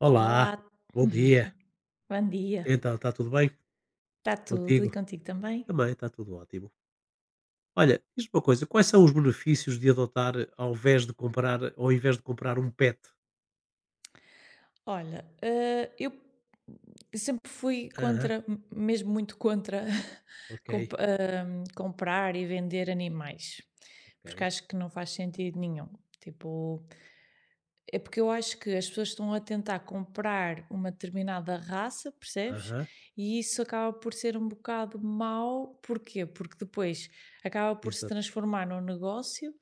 Olá, Olá, bom dia. bom dia. Então, está tudo bem Está tudo e contigo? contigo também? Também está tudo ótimo. Olha, diz uma coisa, quais são os benefícios de adotar ao invés de comprar, ao invés de comprar um pet? Olha, eu sempre fui Aham, contra, mesmo muito contra, ok, comprar e vender animais, porque ok. acho que não faz sentido nenhum. Tipo, é porque eu acho que as pessoas estão a tentar comprar uma determinada raça, percebes? Aham, E isso acaba por ser um bocado mau. Porquê? Porque depois acaba por se exato, transformar num negócio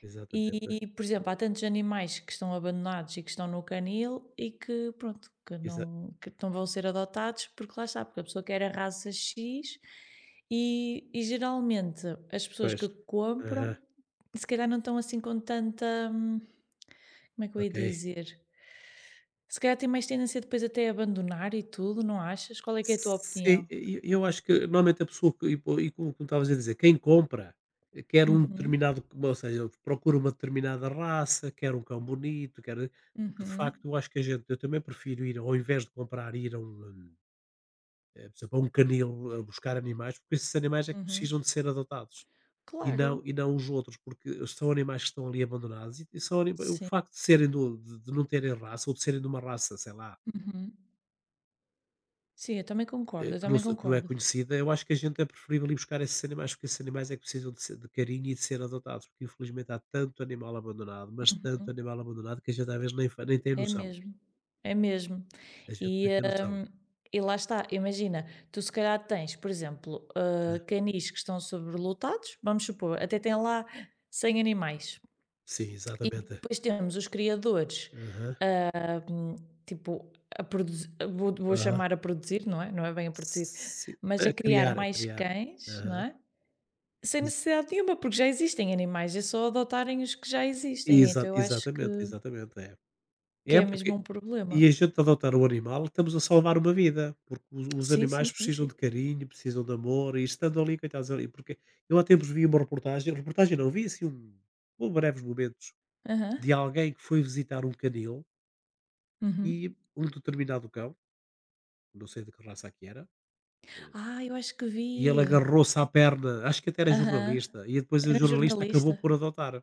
exatamente. e, por exemplo, há tantos animais que estão abandonados e que estão no canil e que, pronto, Exa que não vão ser adotados porque lá está, porque a pessoa quer a raça X e, geralmente as pessoas pois. que compram Aham, se calhar não estão assim com tanta. Como é que eu ia ok. dizer? Se calhar tem mais tendência depois até a abandonar e tudo, não achas? Qual é que é a tua Sim, opinião? e eu acho que normalmente a pessoa que e po e como como estavas a dizer, quem compra, quer um Uhum, determinado ou seja, procura uma determinada raça, quer um cão bonito, quer porque de uhum, facto eu acho que a gente eu também prefiro ir ao invés de comprar, ir a um, por exemplo, a um canil, a buscar animais, porque esses animais é que uhum. precisam de ser adotados, Claro, e não os outros, porque são animais que estão ali abandonados e são anima o sim. facto de serem do de não terem raça ou de serem de uma raça, sei lá Uhum. Sim, eu também concordo, eu que não também se que não é concordo. conhecida, eu acho que a gente é preferível ir buscar esses animais, porque esses animais é que precisam de ser- de carinho e de ser adotados, porque infelizmente há tanto animal abandonado, mas tanto Uhum. animal abandonado que a gente às vezes nem, fa- nem tem É noção. mesmo, é mesmo. A gente E, nem tem noção. hum, e lá está, imagina, tu se calhar tens, por exemplo, Ah, canis que estão sobrelotados, vamos supor, até tem lá 100 animais. sim, E exatamente. depois temos os criadores. Aham, Hum, tipo, a produzir, vou aham. chamar a produzir, não é? Não é bem a produzir, Sim, mas a a criar criar, a mais criar. cães, não Aham. é? Sem Ex- necessidade nenhuma, porque já existem animais, é só adotarem os que já existem, exa- então eu acho exatamente, exatamente. É, que é é mesmo porque um e problema. a gente adotar um animal, estamos a salvar uma vida, porque os Sim, sim, animais sim, precisam sim. de carinho, precisam de amor, e estando ali, coitados ali, porque eu há tempos vi uma reportagem, reportagem não, vi assim um, um breves momentos, de Aham. alguém que foi visitar um canil Uhum. e um determinado cão, não sei de que raça que era, Ah, eu acho que e ele vi. agarrou-se à perna, acho que até era Aham. jornalista, e depois o Era um jornalista acabou jornalista. por adotar.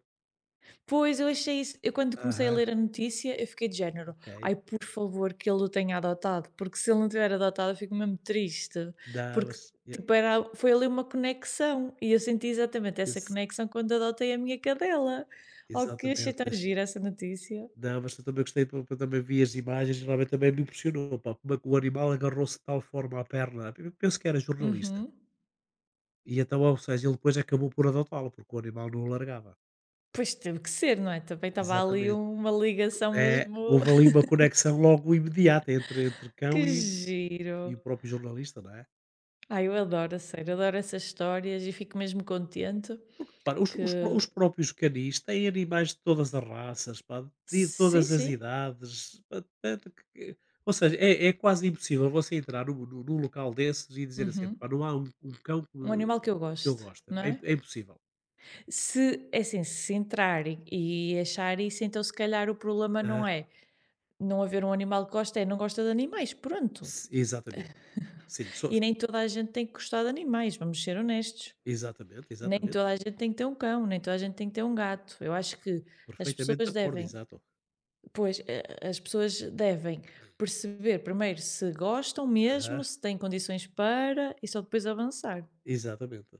Pois, eu achei isso. Eu quando comecei a Aham, ler a notícia, eu fiquei de género: ok. "Ai, por favor, que ele o tenha adotado", porque se ele não tiver adotado, eu fico mesmo triste, Não, porque, mas e- tipo, era foi ali uma conexão, e eu senti exatamente essa ex- conexão quando adotei a minha cadela. Oh, que achei tão exatamente. gira essa notícia. Não, mas eu também gostei, eu também vi as imagens e realmente também me impressionou, pá, como é que o animal agarrou-se de tal forma à perna, eu penso que era jornalista, Uhum. e então, ou seja, ele depois acabou por adotá-lo, porque o animal não o largava. Pois teve que ser, não é? Também estava ali Exatamente. uma ligação É, mesmo. houve ali uma conexão logo imediata entre cão Que e o giro. próprio jornalista, não é? Ai, eu adoro, a sério, adoro essas histórias e fico mesmo contente Repara, que os pró os próprios canis têm animais de todas as raças, pá, de sim, todas as sim. idades, pá, tanto que ou seja, é quase impossível você entrar num num num local desses e dizer assim: Uhum. "Epá, não há um um cão que Um me animal que eu que eu gosto, goste", não é é? imp- é impossível. Se, é assim, se entrarem e achar isso, então se calhar o problema Aham. não é não haver um animal que gosta, é não gosta de animais, pronto. S exatamente. Sim, só E nem toda a gente tem que gostar de animais, vamos ser honestos. exatamente, Nem exatamente. toda a gente tem que ter um cão, nem toda a gente tem que ter um gato. Eu acho que as Perfeitamente de pessoas acordo, devem, exato. pois, eh, as pessoas devem perceber primeiro se gostam mesmo, Aham. se têm condições para e só depois avançar. Exatamente.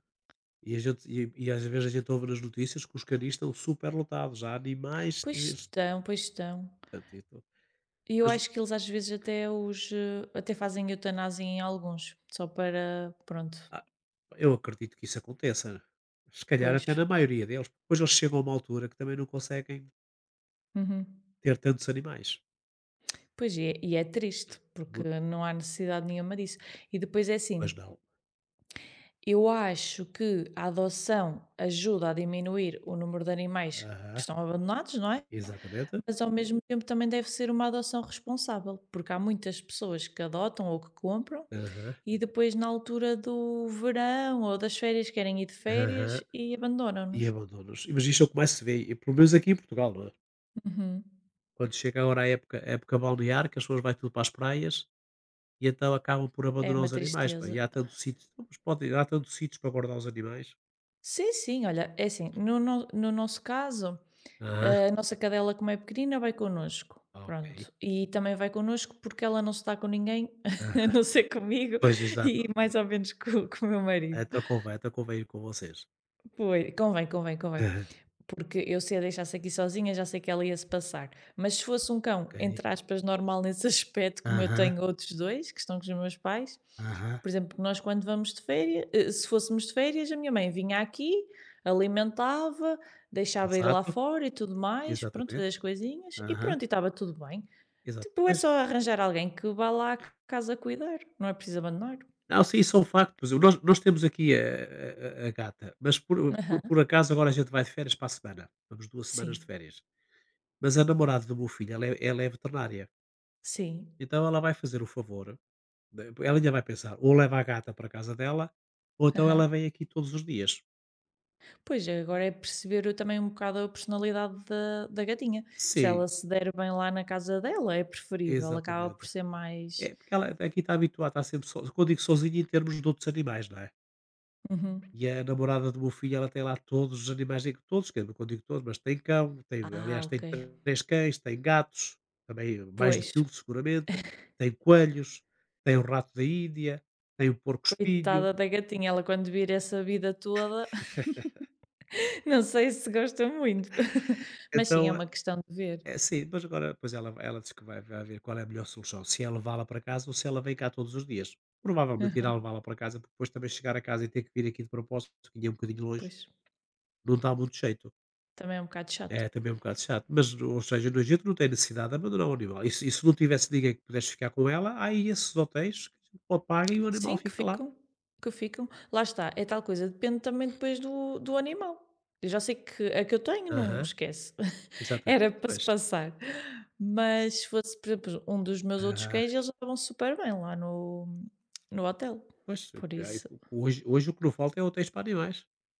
E às vezes a gente ouve nas notícias que os canis estão superlotados, há animais, Pois estão, pois estão. portanto, e E eu mas acho que eles às vezes até os, até fazem eutanásia em alguns, só para, pronto, eu acredito que isso aconteça. Se calhar até pois. na maioria deles. Depois eles chegam a uma altura que também não conseguem Uhum. ter tantos animais. Pois, e é triste, porque Mu- não há necessidade nenhuma disso. E depois é assim, pois não. eu acho que a adoção ajuda a diminuir o número de animais que Aham, estão abandonados, não é? exatamente. Mas ao mesmo tempo também deve ser uma adoção responsável, porque há muitas pessoas que adotam ou que compram Aham, e depois na altura do verão ou das férias querem ir de férias aham. e E abandonam-nos. abandonos. Mas isto é o que mais se vê, e pelo menos aqui em Portugal, não é? Uhum. Quando chega agora a época balnear, que as pessoas vão tudo para as praias e então acabam por É abandonar uma os animais, pá. tristeza. E há tantos sítios, não, mas pode, há tantos sítios para guardar os animais. Sim, sim, olha, é assim, no nosso caso, Aham, a nossa cadela, como é pequenina, vai connosco. ok. Pronto. E também vai connosco porque ela não se está com ninguém, a Aham. não ser comigo Pois exato. e mais ou menos com o meu marido. Então convém ir com vocês. Pois, convém, convém, convém. Aham, Porque eu se a deixasse aqui sozinha, já sei que ela ia se passar. Mas se fosse um cão, ok. entre aspas, normal nesse aspecto, como eu Aham. tenho outros dois, que estão com os meus pais, Aham, por exemplo, nós quando vamos de férias, se fôssemos de férias, a minha mãe vinha aqui, alimentava, deixava ir lá exato, fora e tudo mais, pronto, exatamente. fazer as coisinhas e Aham, pronto, e estava tudo bem. exato. Tipo, é Pois. só arranjar alguém que vá lá à casa cuidar, não é preciso abandonar. Não, sim, isso é um facto, pois nós temos aqui a gata, mas por por Aham, por acaso agora a gente vai de férias para a semana, vamos duas semanas sim, de férias, mas a namorada do meu filho ela é veterinária, sim, então ela vai fazer o favor, de ela ainda vai pensar, ou leva a gata para a casa dela, ou então aham. ela vem aqui todos os dias. Pois, agora é perceber também um bocado a personalidade da gatinha. Se Sim, ela se der bem lá na casa dela, é preferível, acaba por exatamente. ser mais. É porque ela aqui está habituada, está sempre so quando digo sozinha em termos de outros animais, não é? Uhum. E a namorada do meu filho, ela tem lá todos os animais, em- todos, quer dizer, quando digo todos, mas tem cão, tem, Ah, aliás, tem ok. três cães, tem gatos, também mais do Pois, que um, seguramente, tem coelhos, tem o rato da Índia, tem o porco-espinho. coitada da gatinha, ela quando vir essa vida toda, não sei se gosta muito. Mas sim, é Então, uma questão de ver. é sim mas agora, depois ela disse que vai, vai ver qual é a melhor solução, se é levá-la para casa ou se ela vem cá todos os dias. Provavelmente irá Uhum. levá-la para casa, porque depois também chegar a casa e ter que vir aqui de propósito, que é um bocadinho longe, Pois, não dá muito jeito. também é um bocado chato. É, também é um bocado chato, mas ou seja, no Egito não tem necessidade de abandonar o animal, e se não tivesse ninguém que pudesse ficar com ela, há aí esses hotéis que ou paga e o animal Sim, que fica lá. ficam, que ficam. Lá está, é tal coisa, depende também depois do animal. Eu já sei que a que eu tenho não Aham, esquece, exatamente, era para se pois. passar. Mas se fosse, por exemplo, um dos meus outros Aham, cães, eles estavam super bem lá no hotel. pois, Por porque aí isso, o que hoje o que não falta é hotéis para animais.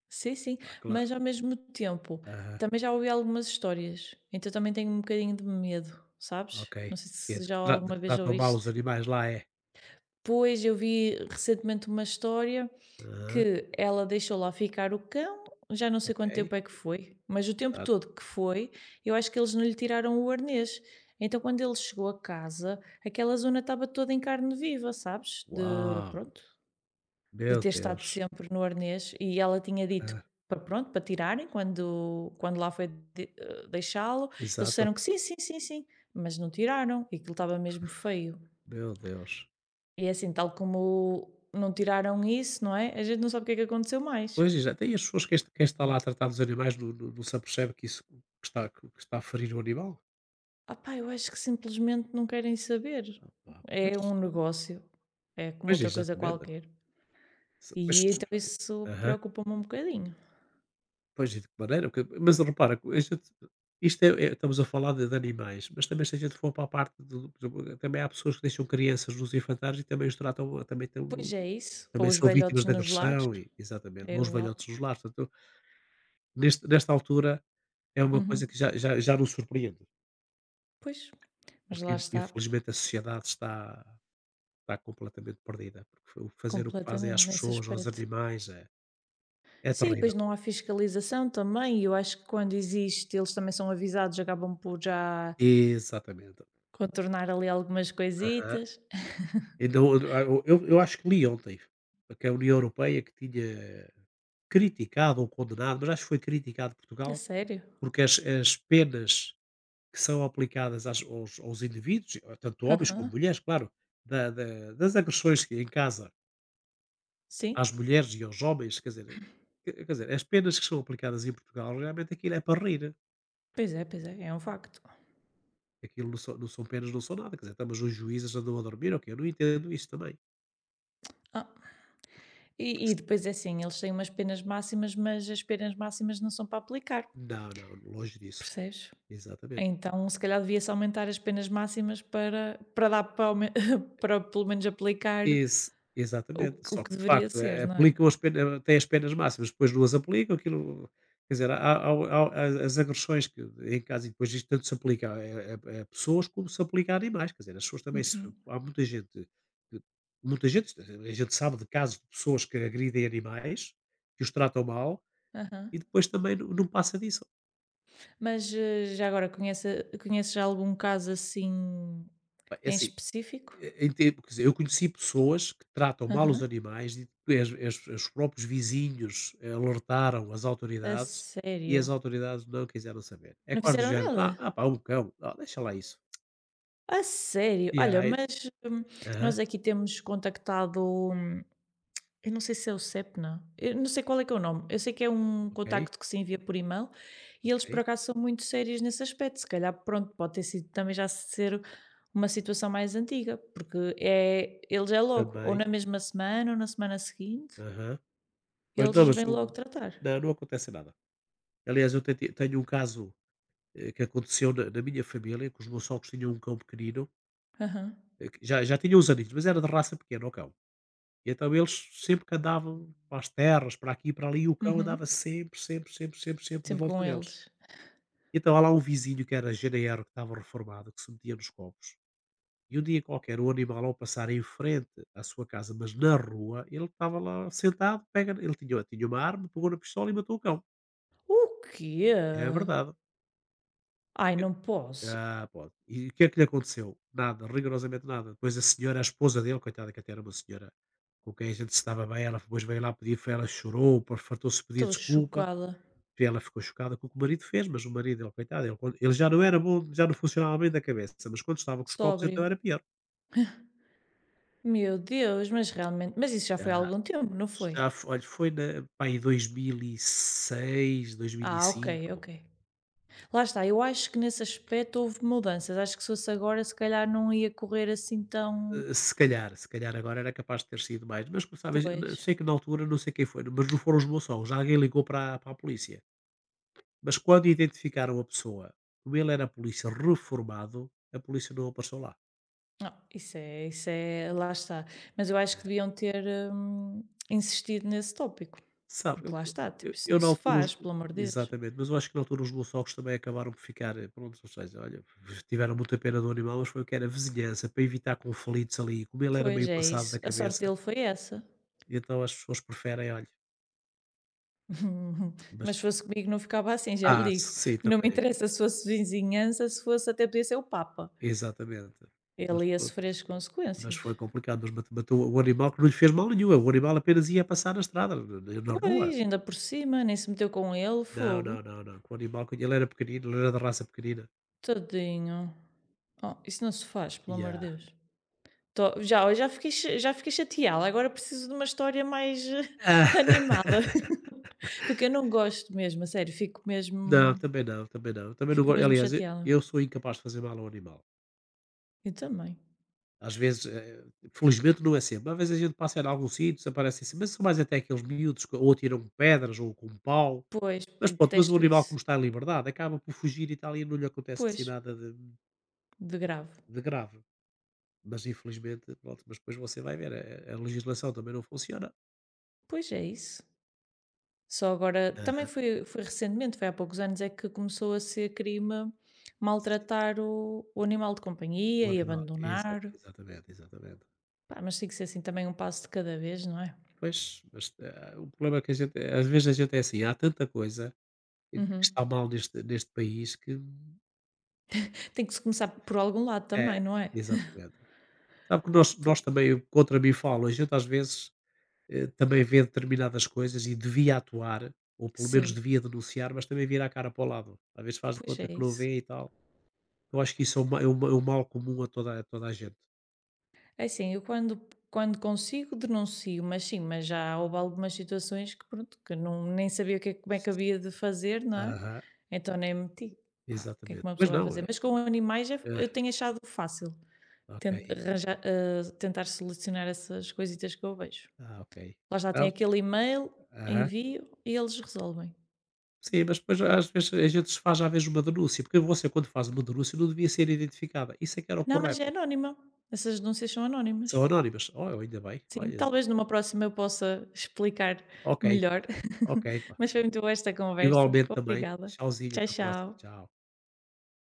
sim, sim. Pá, claro. Mas ao mesmo tempo, Aham, também já ouvi algumas histórias, então também tenho um bocadinho de medo, sabes? ok. Não sei Que é se de já que tra de alguma que vez tratam mal os ouviste. animais lá é? Pois eu vi recentemente uma história. Aham, Que ela deixou lá ficar o cão, já não sei ok, quanto tempo é que foi, mas o tempo exato. todo que foi, eu acho que eles não lhe tiraram o arnês. Então, quando ele chegou a casa, aquela zona estava toda em carne viva, sabes? De, Uau, pronto, de meu ter estado Deus. sempre no arnês. E ela tinha dito Hã, para, pronto, para tirarem quando lá foi deixá-lo. Eles exato, disseram que sim, sim, sim, sim, mas não tiraram e aquilo estava mesmo feio. meu Deus. E é assim, tal como não tiraram isso, não é? A gente não sabe o que é que aconteceu mais. Pois, exato. E as pessoas, quem, est- quem está lá a tratar dos animais não, não- não se apercebe que isso que está a ferir o animal? Ah, opá, eu acho que simplesmente não querem saber. Ah, pá, É pois, um negócio, é como pois, outra coisa exatamente. qualquer. Se- pois, E então isso aham, preocupa-me um bocadinho. pois, e de que maneira? Porque- mas repara, co- a gente- isto é, é- estamos a falar de animais, mas também se a gente for para a parte do, por exemplo, também há pessoas que deixam crianças nos infantários e também os tratam, também, tão no- Pois é isso. também Ou os são vítimas velhotes de nos lares, agressão, e, exatamente, é não os igual. velhotes dos lares. Portanto, neste, nesta altura é uma Uhum. coisa que já, já, já nos surpreende, Pois, mas porque lá in- está, infelizmente a sociedade está está completamente perdida, porque o fazer o que fazem completamente às nesse pessoas, aos aspecto. animais, é Sim, terrível. pois não há fiscalização também, e eu acho que quando existe, eles também são avisados, acabam por já Exatamente. contornar ali algumas Aham. coisitas. Então, eu acho que li ontem que a União Europeia que tinha criticado ou condenado, mas acho que foi criticado É Portugal, sério? porque as penas que são aplicadas às aos indivíduos, tanto homens como Aham. mulheres, claro, da das agressões que em casa Sim, às mulheres e aos homens, quer dizer quer quer dizer, as penas que são aplicadas em Portugal, realmente aquilo é para rir. Pois é, é um facto. Aquilo não são não são penas, não são nada, quer dizer, então, mas os juízes andam a dormir ou quê? Eu não entendo isso também. Ah, e Porque se depois é assim, eles têm umas penas máximas, mas as penas máximas não são para aplicar, não, não, longe disso. percebes? Exatamente. Então, se calhar devia-se aumentar as penas máximas para dar para aumen para pelo menos aplicar Ex exatamente, o só que que de deveria facto, ser, não é? aplicam as penas têm as penas máximas, depois não as aplicam, aquilo quer dizer, há há o há as agressões que em casa e depois isto tanto se aplica a a pessoas como se aplica a animais, quer dizer, as pessoas também se Uhum. há muita gente que muita gente a gente sabe de casos de pessoas que agridem animais, que os tratam mal e Aham. depois também não passa disso. Mas, já agora conheces algum caso assim Pá, é em assim específico? Em tempo, quer dizer, eu conheci pessoas que tratam mal Aham. os animais e as, as- os próprios vizinhos alertaram as A autoridades e as sério? autoridades não quiseram saber. É Não quase do fizeram género, ah, nada? ah pá, um cão, ah, deixa lá isso. A sério? E Olha, aí, mas, aham, nós aqui temos contactado hum, eu não sei se é o Sepna. Eu não sei qual é que é o nome. Eu sei que é um ok, contacto que se envia por e-mail e eles, por ok, acaso, são muito sérios nesse aspecto. Se calhar, pronto, pode ter sido também já ser uma situação mais antiga, porque é, eles é logo, ou também, na mesma semana ou na semana seguinte, aham. Pois não, eles mas vêm o- logo tratar. não, não acontece nada. Aliás, eu tentei- tenho um caso que aconteceu na, na minha família, que os meus sogros tinham um cão pequenino, Aham, que já, já tinha uns aninhos, mas era de raça pequena, o cão. E então eles sempre que andavam para as terras, para aqui e para ali, e o cão uhum. andava sempre, sempre, sempre, sempre, sempre de Sempre volta com deles. eles. Então há lá um vizinho que era janeiro, que estava reformado, que se metia nos covos. E um dia qualquer, o animal, ao passar em frente à sua casa, mas na rua, ele estava lá sentado, pega, ele tinha, tinha uma arma, pegou na pistola e matou o cão. O quê? É verdade. Ai, não posso. Ah, pronto. E o que é que lhe aconteceu? Nada, rigorosamente nada. Depois a senhora, a esposa dele, coitada, que até era uma senhora com quem a gente se dava bem, ela depois veio lá pedir, foi, ela chorou, pô, fartou-se pedir Estou desculpa, chocada. e ela ficou chocada com o que o marido fez, mas o marido, ele, coitado, ele, quando- ele já não era bom, já não funcionava bem da cabeça, mas quando estava com os copos, Sóbrio. então era pior. Meu Deus, mas realmente. Mas isso já foi há Já, algum tempo, não foi? já f- olha, foi na, pá, em 2006, Ah, ok, 2005, ok. Lá está, eu acho que nesse aspecto houve mudanças. Acho que se fosse agora, se calhar não ia correr assim tão. Se calhar, se calhar agora era capaz de ter sido mais, mas como sabes, Pois. n- sei que na altura não sei quem foi, mas não foram os moçons, alguém ligou para, a- para a polícia. Mas quando identificaram a pessoa, como ele era polícia reformado, a polícia não apareceu lá. Não, isso é, lá está. Mas eu acho que Eh, deviam ter hum, insistido nesse tópico, Sabe, porque eu, lá está, tipo, eu, isso eu não na se altura, os- faz, pelo amor de Deus. exatamente, mas eu acho que na altura os moçons também acabaram por ficar, pronto, ou seja, olha, tiveram muita pena do animal, mas foi o que era vizinhança, para evitar conflitos ali, como ele era Pois meio é passado da isso. A sorte cabeça, dele foi essa. então as pessoas preferem, olha, mas, Mas se fosse comigo não ficava assim, já lhe ah, digo. sim, Não me também. interessa se fosse vizinhança, se fosse até podia ser o Papa. Exatamente. Mas Ele ia pronto, sofrer as mas consequências. foi complicado, mas mate matou o animal que não lhe fez mal nenhum, é o animal apenas ia passar na estrada, na na rua. Pois, ainda por cima, nem se meteu com ele, Não, fogo. não, não, não, o animal que ele era pequenino, ele era de raça pequenina. Tadinho. Oh, isso não se faz, pelo amor Yeah. de Deus. Já, eu já fiquei, cha- já fiquei chateada. Agora preciso de uma história mais Ah, animada. Porque eu não gosto mesmo, a sério. Não, também não, também não, também não go Fico mesmo aliás, eu chateada. eu sou incapaz de fazer mal ao animal. Eu também. Às vezes, felizmente não é sempre, às vezes a gente passa em algum sítio, desaparece assim, mas são mais até aqueles miúdos que ou tiram pedras ou com um pau, Pois, mas pronto, mas o detesto animal isso. como está em liberdade acaba por fugir e tal e não lhe acontece Pois, assim nada de de grave. de grave. Mas infelizmente, pronto, mas depois você vai ver, a legislação também não funciona. Pois é isso. Só agora, Hã. Foi recentemente, foi há poucos anos, é que começou a ser crime Se maltratar o o animal de o companhia e animal exa abandonar. exatamente, exatamente. Pá, mas tem que ser assim também um passo de cada vez, não é? Pois, mas, o problema é que a gente às vezes a gente é assim, há tanta coisa que está Uhum. mal neste neste país que Tem que se começar por algum lado é, também, não é? exatamente. Sabe que nós Pelo- também, eu contra mim falo, a gente às vezes, também vê determinadas coisas e devia atuar, ou pelo menos sim, devia denunciar, mas também vira a cara para o lado. Às vezes faz de pois conta é que não isso. vê e tal. Eu acho que isso é um ma é o mal comum a toda a toda a gente. É assim, eu quando consigo denuncio, mas sim, mas já houve algumas situações que pronto, que não, nem sabia o que é- como é que havia de fazer, não é? Aham, Então nem meti. Pá, o que é que exatamente. uma Mas pessoa vai não, fazer? é Mas com animais é- eu tenho achado fácil ah, ok, ten- arranjar, tentar solucionar essas coisitas que eu vejo. ah, ok. Lá já tem Ah, aquele e-mail, aham. envio e eles resolvem. Sim, mas depois às vezes a gente se faz, às vezes, uma denúncia, porque você quando faz uma denúncia não devia ser identificada, isso é que era o Não, mas é correto. anónima. Essas denúncias são anónimas. São anónimas. Oh, ainda bem, Sim, olha, bom. talvez numa próxima eu possa explicar Ok, melhor, ok, pá. mas foi muito boa esta conversa. Igualmente também. Obrigada. Tchauzinho, Tchau, até a próxima. tchau. Tchau.